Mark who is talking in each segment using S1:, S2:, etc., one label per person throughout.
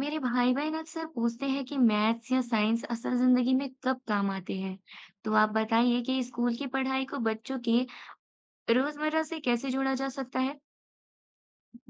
S1: मेरे भाई बहन अक्सर पूछते हैं कि मैथ्स या साइंस असल जिंदगी में कब काम आते हैं। तो आप बताइए कि स्कूल की पढ़ाई को बच्चों के रोजमर्रा से कैसे जोड़ा जा सकता है।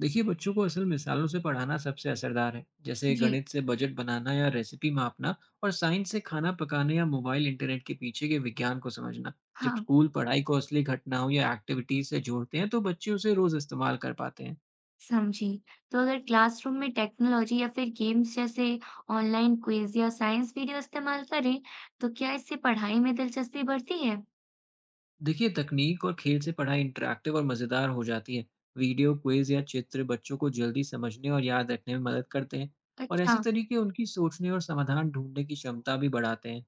S2: देखिए, बच्चों को असल मिसालों से पढ़ाना सबसे असरदार है। जैसे
S1: जी।
S2: गणित से बजट बनाना या रेसिपी मापना, और साइंस से खाना पकाने या मोबाइल इंटरनेट के पीछे के विज्ञान को समझना। जब
S1: हाँ।
S2: स्कूल पढ़ाई को असली घटनाओं या एक्टिविटीज से जोड़ते हैं, तो बच्चे उसे रोज इस्तेमाल कर पाते हैं।
S1: समझी। तो अगर क्लासरूम में टेक्नोलॉजी या फिर गेम्स जैसे ऑनलाइन क्विज या साइंस वीडियो इस्तेमाल करें तो क्या इससे पढ़ाई में दिलचस्पी बढ़ती है?
S2: देखिए, तकनीक और खेल से पढ़ाई इंटरेक्टिव और मजेदार हो जाती है। वीडियो क्विज या चित्र बच्चों को जल्दी समझने और याद रखने में मदद करते हैं। और
S1: अच्छा।
S2: ऐसे तरीके उनकी सोचने और समाधान ढूंढने की क्षमता भी बढ़ाते हैं।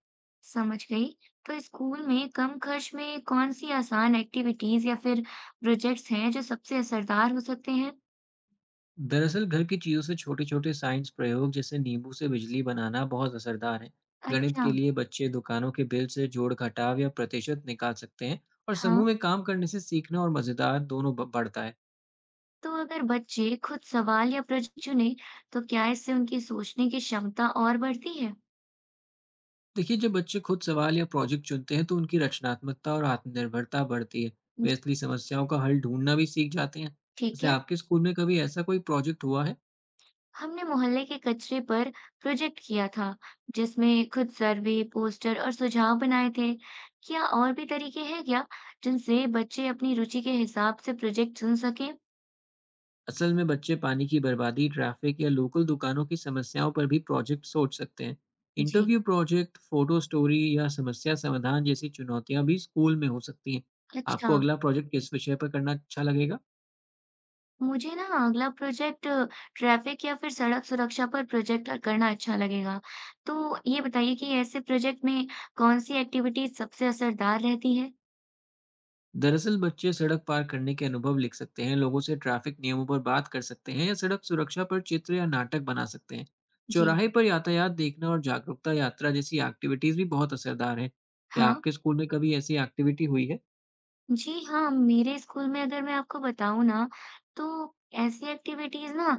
S1: समझ गई। तो स्कूल में कम खर्च में कौन सी आसान एक्टिविटीज या फिर प्रोजेक्ट्स हैं जो सबसे असरदार हो सकते हैं?
S2: दरअसल घर की चीज़ों से छोटे-छोटे साइंस प्रयोग, जैसे नींबू से बिजली बनाना, बहुत असरदार है। गणित
S1: अच्छा।
S2: के लिए बच्चे दुकानों के बिल से जोड़ घटाव या प्रतिशत निकाल सकते हैं। और
S1: हाँ,
S2: समूह में काम करने से सीखना और मज़ेदार दोनों ब बढ़ता है।
S1: तो अगर बच्चे खुद सवाल या प्रश्न चुनें, तो क्या इससे उनकी सोचने की क्षमता और बढ़ती है?
S2: देखिए, जब बच्चे खुद सवाल या प्रोजेक्ट चुनते हैं, तो उनकी रचनात्मकता और आत्मनिर्भरता बढ़ती है।
S1: जी।
S2: वे असली समस्याओं का हल ढूँढना भी सीख जाते हैं।
S1: ठीक
S2: वैसे
S1: है,
S2: आपके स्कूल में कभी ऐसा कोई प्रोजेक्ट हुआ है?
S1: हमने मोहल्ले के कचरे पर प्रोजेक्ट किया था, जिसमें खुद सर्वे, पोस्टर और सुझाव बनाए थे। क्या और भी तरीके हैं क्या, जिनसे बच्चे अपनी रुचि के हिसाब से प्रोजेक्ट चुन सकें?
S2: असल में बच्चे पानी की बर्बादी, ट्रैफिक या लोकल दुकानों की समस्याओं पर भी प्रोजेक्ट सोच सकते हैं।
S1: जी।
S2: इंटरव्यू प्रोजेक्ट, फोटो स्टोरी या समस्या समाधान जैसी चुनौतियां भी स्कूल में हो सकती हैं।
S1: अच्छा।
S2: आपको अगला प्रोजेक्ट किस विषय पर करना अच्छा लगेगा?
S1: मुझे ना अगला प्रोजेक्ट ट्रैफिक या फिर सड़क सुरक्षा पर प्रोजेक्ट करना अच्छा लगेगा। तो ये बताइए कि ऐसे प्रोजेक्ट में कौन सी एक्टिविटी सबसे असरदार रहती है?
S2: दरअसल बच्चे सड़क पार करने के अनुभव लिख सकते हैं, लोगों से ट्रैफिक नियमों पर बात कर सकते हैं या सड़क सुरक्षा पर चित्र या नाटक बना सकते हैं।
S1: जी।
S2: चौराहे पर यातायात देखना और जागरूकता यात्रा जैसी एक्टिविटीज भी बहुत असरदार हैं। क्या
S1: हाँ।
S2: आपके स्कूल में कभी ऐसी एक्टिविटी हुई है?
S1: जी हाँ। मेरे स्कूल में अगर मैं आपको बताऊं ना तो ऐसी एक्टिविटीज ना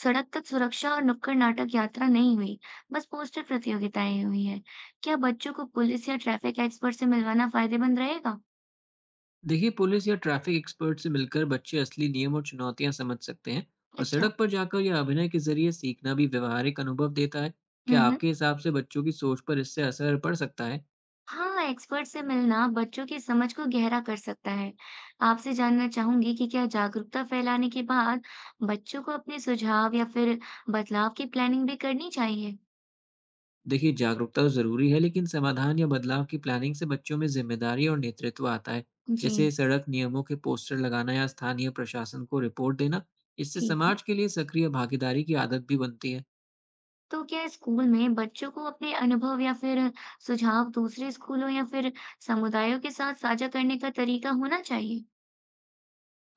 S1: सड़क तक सुरक्षा और नुक्कड़ नाटक यात्रा नहीं हुई। बस पोस्टर प्रतियोगिताएं हुई है। क्या बच्चों को पुलिस या ट्रैफिक एक्सपर्ट से मिलवाना फायदेमंद रहेगा?
S2: देखिए, पुलिस या ट्रैफिक एक्सपर्ट से मिलकर बच्चे असली नियम और चुनौतियां समझ सकते हैं। और
S1: अच्छा।
S2: सड़क पर जाकर या अभिनय के जरिए सीखना भी व्यवहारिक अनुभव देता है। क्या
S1: हम्म।
S2: आपके हिसाब से बच्चों की सोच पर इससे असर पड़ सकता है?
S1: हाँ, एक्सपर्ट से मिलना बच्चों की समझ को गहरा कर सकता है। आपसे जानना चाहूंगी कि क्या जागरूकता फैलाने के बाद बच्चों को अपने सुझाव या फिर बदलाव की प्लानिंग भी करनी चाहिए?
S2: देखिए, जागरूकता तो जरूरी है, लेकिन समाधान या बदलाव की प्लानिंग से बच्चों में जिम्मेदारी और नेतृत्व आता है।
S1: जी।
S2: जैसे सड़क नियमों के पोस्टर लगाना या स्थानीय प्रशासन को रिपोर्ट देना। इससे
S1: ठीक है।
S2: समाज के लिए सक्रिय भागीदारी की आदत भी बनती है।
S1: तो क्या स्कूल में बच्चों को अपने अनुभव या फिर सुझाव दूसरे स्कूलों या फिर समुदायों के साथ साझा करने का तरीका होना चाहिए?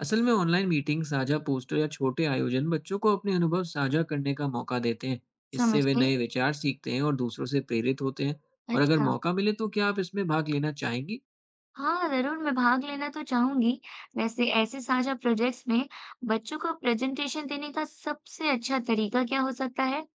S2: असल में ऑनलाइन मीटिंग, साझा पोस्टर या छोटे आयोजन बच्चों को अपने अनुभव साझा करने का मौका देते हैं। इससे
S1: समझ
S2: वे
S1: गई।
S2: नए विचार सीखते हैं और दूसरों से प्रेरित होते हैं। और अगर
S1: अच्छा।
S2: मौका मिले तो क्या आप इसमें भाग लेना चाहेंगी?
S1: हाँ, ज़रूर मैं भाग लेना तो चाहूँगी। वैसे ऐसे साझा प्रोजेक्ट्स में बच्चों को प्रेज़ेंटेशन देने का सबसे अच्छा तरीका क्या हो सकता है?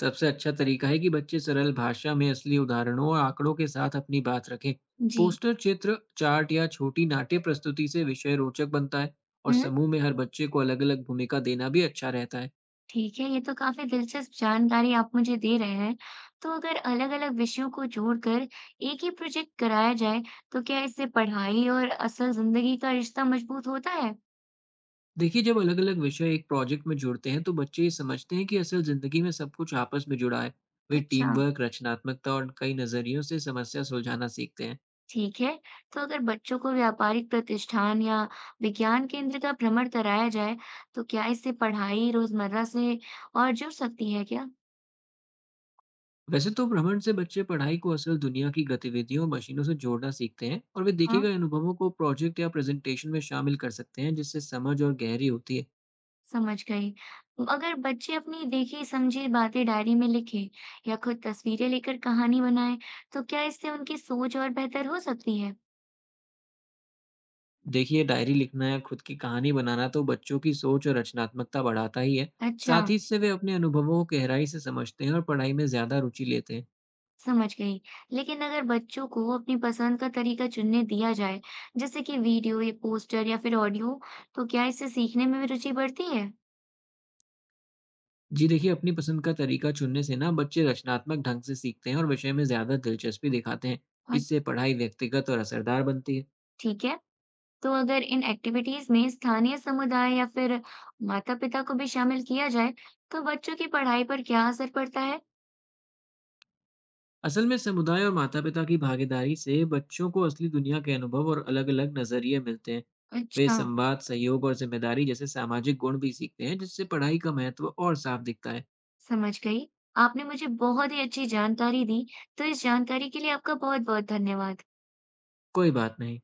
S2: सबसे अच्छा तरीका है कि बच्चे सरल भाषा में असली उदाहरणों और आंकड़ों के साथ अपनी बात रखें।
S1: जी।
S2: पोस्टर, चित्र, चार्ट या छोटी नाट्य प्रस्तुति से विषय रोचक बनता है। और
S1: हुँ,
S2: समूह में हर बच्चे को अलग अलग भूमिका देना भी अच्छा रहता है।
S1: ठीक है, ये तो काफ़ी दिलचस्प जानकारी आप मुझे दे रहे हैं। तो अगर अलग-अलग विषयों को जोड़कर एक ही प्रोजेक्ट कराया जाए, तो क्या इससे पढ़ाई और असल ज़िंदगी का रिश्ता मज़बूत होता है?
S2: देखिए, जब अलग अलग विषय एक प्रोजेक्ट में जुड़ते हैं, तो बच्चे ये समझते हैं कि असल जिंदगी में सब कुछ आपस में जुड़ा है। वे
S1: अच्छा।
S2: टीम वर्क, रचनात्मकता और कई नजरियों से समस्या सुलझाना सीखते हैं।
S1: ठीक है, तो अगर बच्चों को व्यापारिक प्रतिष्ठान या विज्ञान केंद्र का भ्रमण कराया जाए, तो क्या इससे पढ़ाई रोजमर्रा से और जुड़ सकती है क्या?
S2: वैसे तो भ्रमण से बच्चे पढ़ाई को असल दुनिया की गतिविधियों और मशीनों से जोड़ना सीखते हैं, और वे
S1: हाँ,
S2: देखे गए अनुभवों को प्रोजेक्ट या प्रेजेंटेशन में शामिल कर सकते हैं, जिससे समझ और गहरी होती है।
S1: समझ गई। अगर बच्चे अपनी देखी समझी बातें डायरी में लिखें या खुद तस्वीरें लेकर कहानी बनाएं, तो क्या इससे उनकी सोच और बेहतर हो सकती है?
S2: देखिए, डायरी लिखना या खुद की कहानी बनाना तो बच्चों की सोच और रचनात्मकता बढ़ाता ही है।
S1: अच्छा।
S2: साथ ही इससे वे अपने अनुभवों को गहराई से समझते हैं और पढ़ाई में ज्यादा रुचि लेते हैं।
S1: समझ गई। लेकिन अगर बच्चों को अपनी पसंद का तरीका चुनने दिया जाए, जैसे कि वीडियो या पोस्टर या फिर ऑडियो, तो क्या इससे सीखने में भी रुचि बढ़ती है?
S2: जी देखिए, अपनी पसंद का तरीका चुनने से ना बच्चे रचनात्मक ढंग से सीखते हैं और विषय में ज़्यादा दिलचस्पी दिखाते हैं।
S1: हाँ,
S2: इससे पढ़ाई व्यक्तिगत और असरदार बनती है।
S1: ठीक है। तो अगर इन एक्टिविटीज में स्थानीय समुदाय या फिर माता-पिता को भी शामिल किया जाए, तो बच्चों की पढ़ाई पर क्या असर पड़ता है?
S2: असल में समुदाय और माता-पिता की भागीदारी से बच्चों को असली दुनिया के अनुभव और अलग-अलग नज़रिए मिलते हैं। वे
S1: अच्छा।
S2: संवाद, सहयोग और जिम्मेदारी जैसे सामाजिक गुण भी सीखते हैं, जिससे पढ़ाई का महत्व और साफ दिखता है।
S1: समझ गई। आपने मुझे बहुत ही अच्छी जानकारी दी, तो इस जानकारी के लिए आपका बहुत-बहुत धन्यवाद।
S2: कोई बात नहीं।